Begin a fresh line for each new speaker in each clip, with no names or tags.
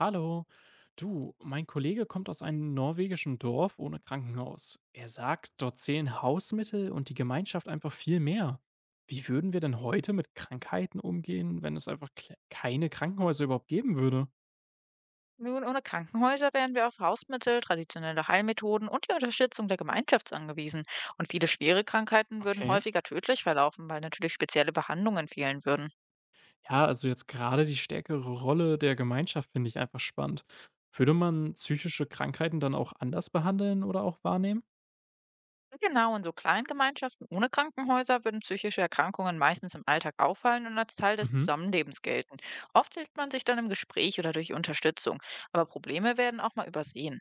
Hallo. Du, mein Kollege kommt aus einem norwegischen Dorf ohne Krankenhaus. Er sagt, dort zählen Hausmittel und die Gemeinschaft einfach viel mehr. Wie würden wir denn heute mit Krankheiten umgehen, wenn es einfach keine Krankenhäuser überhaupt geben würde?
Nun, ohne Krankenhäuser wären wir auf Hausmittel, traditionelle Heilmethoden und die Unterstützung der Gemeinschaft angewiesen. Und viele schwere Krankheiten würden
Okay.
häufiger tödlich verlaufen, weil natürlich spezielle Behandlungen fehlen würden.
Ja, also jetzt gerade die stärkere Rolle der Gemeinschaft finde ich einfach spannend. Würde man psychische Krankheiten dann auch anders behandeln oder auch wahrnehmen?
Genau, in so kleinen Gemeinschaften ohne Krankenhäuser würden psychische Erkrankungen meistens im Alltag auffallen und als Teil des
Mhm.
Zusammenlebens gelten. Oft hilft man sich dann im Gespräch oder durch Unterstützung, aber Probleme werden auch mal übersehen.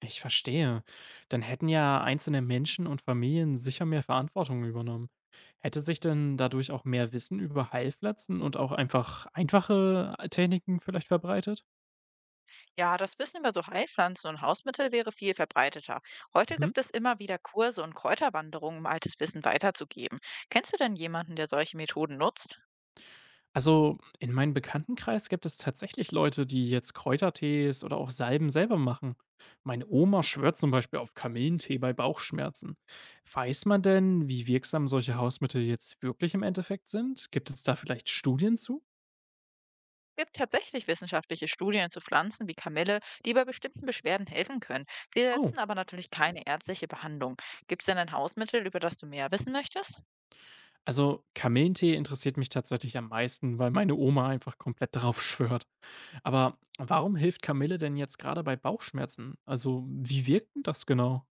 Ich verstehe. Dann hätten ja einzelne Menschen und Familien sicher mehr Verantwortung übernommen. Hätte sich denn dadurch auch mehr Wissen über Heilpflanzen und auch einfach einfache Techniken vielleicht verbreitet?
Ja, das Wissen über so Heilpflanzen und Hausmittel wäre viel verbreiteter. Heute
Mhm.
gibt es immer wieder Kurse und Kräuterwanderungen, um altes Wissen weiterzugeben. Kennst du denn jemanden, der solche Methoden nutzt?
Also in meinem Bekanntenkreis gibt es tatsächlich Leute, die jetzt Kräutertees oder auch Salben selber machen. Meine Oma schwört zum Beispiel auf Kamillentee bei Bauchschmerzen. Weiß man denn, wie wirksam solche Hausmittel jetzt wirklich im Endeffekt sind? Gibt es da vielleicht Studien zu?
Gibt tatsächlich wissenschaftliche Studien zu Pflanzen wie Kamille, die bei bestimmten Beschwerden helfen können. Die
Oh.
setzen aber natürlich keine ärztliche Behandlung. Gibt es denn ein Hausmittel, über das du mehr wissen möchtest?
Also, Kamillentee interessiert mich tatsächlich am meisten, weil meine Oma einfach komplett drauf schwört. Aber warum hilft Kamille denn jetzt gerade bei Bauchschmerzen? Also, wie wirkt denn das genau?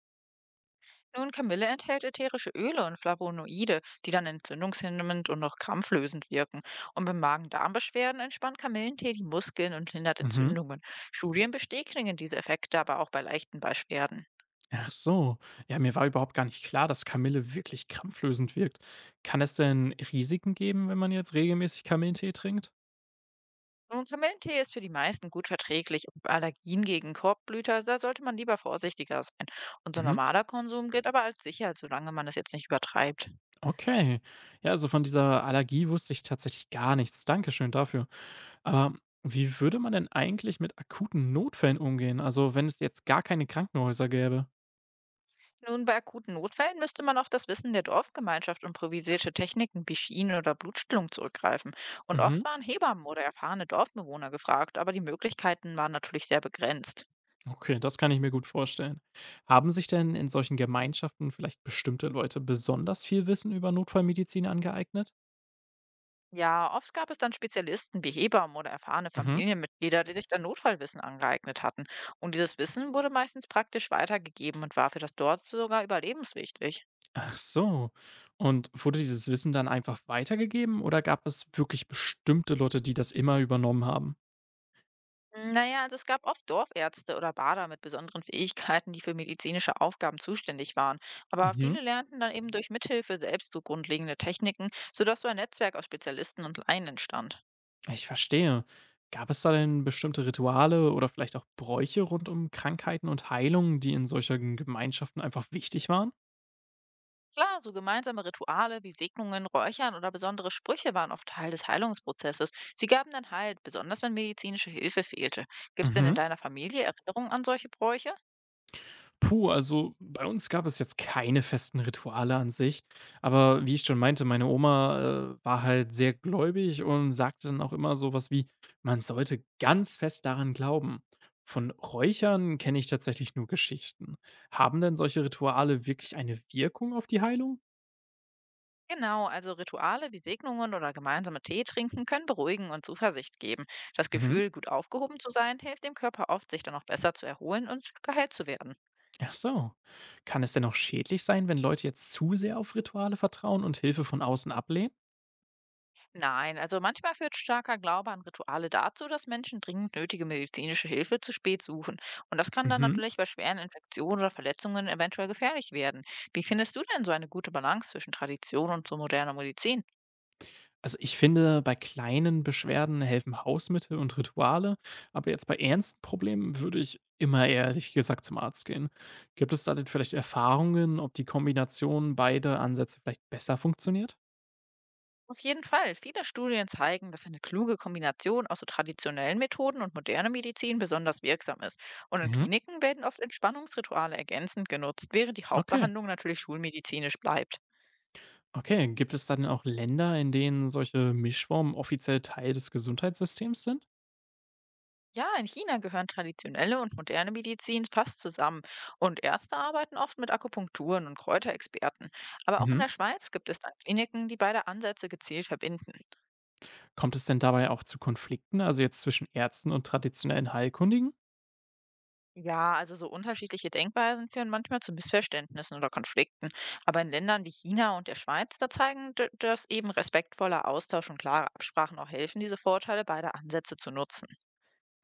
Nun, Kamille enthält ätherische Öle und Flavonoide, die dann entzündungshemmend und noch krampflösend wirken. Und bei Magen-Darm-Beschwerden entspannt Kamillentee die Muskeln und hindert
Mhm.
Entzündungen. Studien bestätigen diese Effekte aber auch bei leichten Beschwerden.
Ach so. Ja, mir war überhaupt gar nicht klar, dass Kamille wirklich krampflösend wirkt. Kann es denn Risiken geben, wenn man jetzt regelmäßig Kamillentee trinkt?
Nun, Kamillentee ist für die meisten gut verträglich, und bei Allergien gegen Korbblüter, da sollte man lieber vorsichtiger sein. Unser
Mhm.
normaler Konsum gilt aber als sicher, solange man es jetzt nicht übertreibt.
Okay. Ja, also von dieser Allergie wusste ich tatsächlich gar nichts. Dankeschön dafür. Aber wie würde man denn eigentlich mit akuten Notfällen umgehen? Also, wenn es jetzt gar keine Krankenhäuser gäbe?
Nun, bei akuten Notfällen müsste man auf das Wissen der Dorfgemeinschaft und improvisierte Techniken wie Schienen oder Blutstillung zurückgreifen. Und
Mhm.
oft waren Hebammen oder erfahrene Dorfbewohner gefragt, aber die Möglichkeiten waren natürlich sehr begrenzt.
Okay, das kann ich mir gut vorstellen. Haben sich denn in solchen Gemeinschaften vielleicht bestimmte Leute besonders viel Wissen über Notfallmedizin angeeignet?
Ja, oft gab es dann Spezialisten wie Hebammen oder erfahrene
Mhm.
Familienmitglieder, die sich dann Notfallwissen angeeignet hatten. Und dieses Wissen wurde meistens praktisch weitergegeben und war für das Dorf sogar überlebenswichtig.
Ach so. Und wurde dieses Wissen dann einfach weitergegeben oder gab es wirklich bestimmte Leute, die das immer übernommen haben?
Hm, na ja, also es gab oft Dorfärzte oder Bader mit besonderen Fähigkeiten, die für medizinische Aufgaben zuständig waren. Aber
Mhm.
viele lernten dann eben durch Mithilfe selbst so grundlegende Techniken, sodass so ein Netzwerk aus Spezialisten und Laien entstand.
Ich verstehe. Gab es da denn bestimmte Rituale oder vielleicht auch Bräuche rund um Krankheiten und Heilungen, die in solchen Gemeinschaften einfach wichtig waren?
Klar, so gemeinsame Rituale wie Segnungen, Räuchern oder besondere Sprüche waren oft Teil des Heilungsprozesses. Sie gaben dann Halt, besonders wenn medizinische Hilfe fehlte. Gibt es denn in
Mhm.
deiner Familie Erinnerungen an solche Bräuche?
Puh, also bei uns gab es jetzt keine festen Rituale an sich. Aber wie ich schon meinte, meine Oma war halt sehr gläubig und sagte dann auch immer sowas wie, man sollte ganz fest daran glauben. Von Räuchern kenne ich tatsächlich nur Geschichten. Haben denn solche Rituale wirklich eine Wirkung auf die Heilung?
Genau, also Rituale wie Segnungen oder gemeinsame Tee trinken können beruhigen und Zuversicht geben. Das
Mhm.
Gefühl, gut aufgehoben zu sein, hilft dem Körper oft, sich dann auch besser zu erholen und geheilt zu werden.
Ach so. Kann es denn auch schädlich sein, wenn Leute jetzt zu sehr auf Rituale vertrauen und Hilfe von außen ablehnen?
Nein, also manchmal führt starker Glaube an Rituale dazu, dass Menschen dringend nötige medizinische Hilfe zu spät suchen. Und das kann dann
Mhm.
natürlich bei schweren Infektionen oder Verletzungen eventuell gefährlich werden. Wie findest du denn so eine gute Balance zwischen Tradition und so moderner Medizin?
Also ich finde, bei kleinen Beschwerden helfen Hausmittel und Rituale, aber jetzt bei ernsten Problemen würde ich immer ehrlich gesagt zum Arzt gehen. Gibt es da denn vielleicht Erfahrungen, ob die Kombination beider Ansätze vielleicht besser funktioniert?
Auf jeden Fall. Viele Studien zeigen, dass eine kluge Kombination aus so traditionellen Methoden und moderner Medizin besonders wirksam ist. Und in
Mhm.
Kliniken werden oft Entspannungsrituale ergänzend genutzt, während die
Okay.
Hauptbehandlung natürlich schulmedizinisch bleibt.
Okay, gibt es dann auch Länder, in denen solche Mischformen offiziell Teil des Gesundheitssystems sind?
Ja, in China gehören traditionelle und moderne Medizin fast zusammen, und Ärzte arbeiten oft mit Akupunkturen und Kräuterexperten. Aber auch in
Mhm.
der Schweiz gibt es dann Kliniken, die beide Ansätze gezielt verbinden.
Kommt es denn dabei auch zu Konflikten, also jetzt zwischen Ärzten und traditionellen Heilkundigen?
Ja, also so unterschiedliche Denkweisen führen manchmal zu Missverständnissen oder Konflikten. Aber in Ländern wie China und der Schweiz, da zeigen, dass eben respektvoller Austausch und klare Absprachen auch helfen, diese Vorteile beider Ansätze zu nutzen.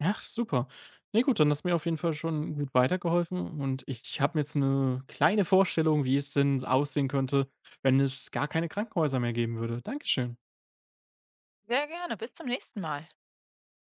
Ach, super. Ne, gut, dann hast du mir auf jeden Fall schon gut weitergeholfen und ich habe mir jetzt eine kleine Vorstellung, wie es denn aussehen könnte, wenn es gar keine Krankenhäuser mehr geben würde. Dankeschön.
Sehr gerne, bis zum nächsten Mal.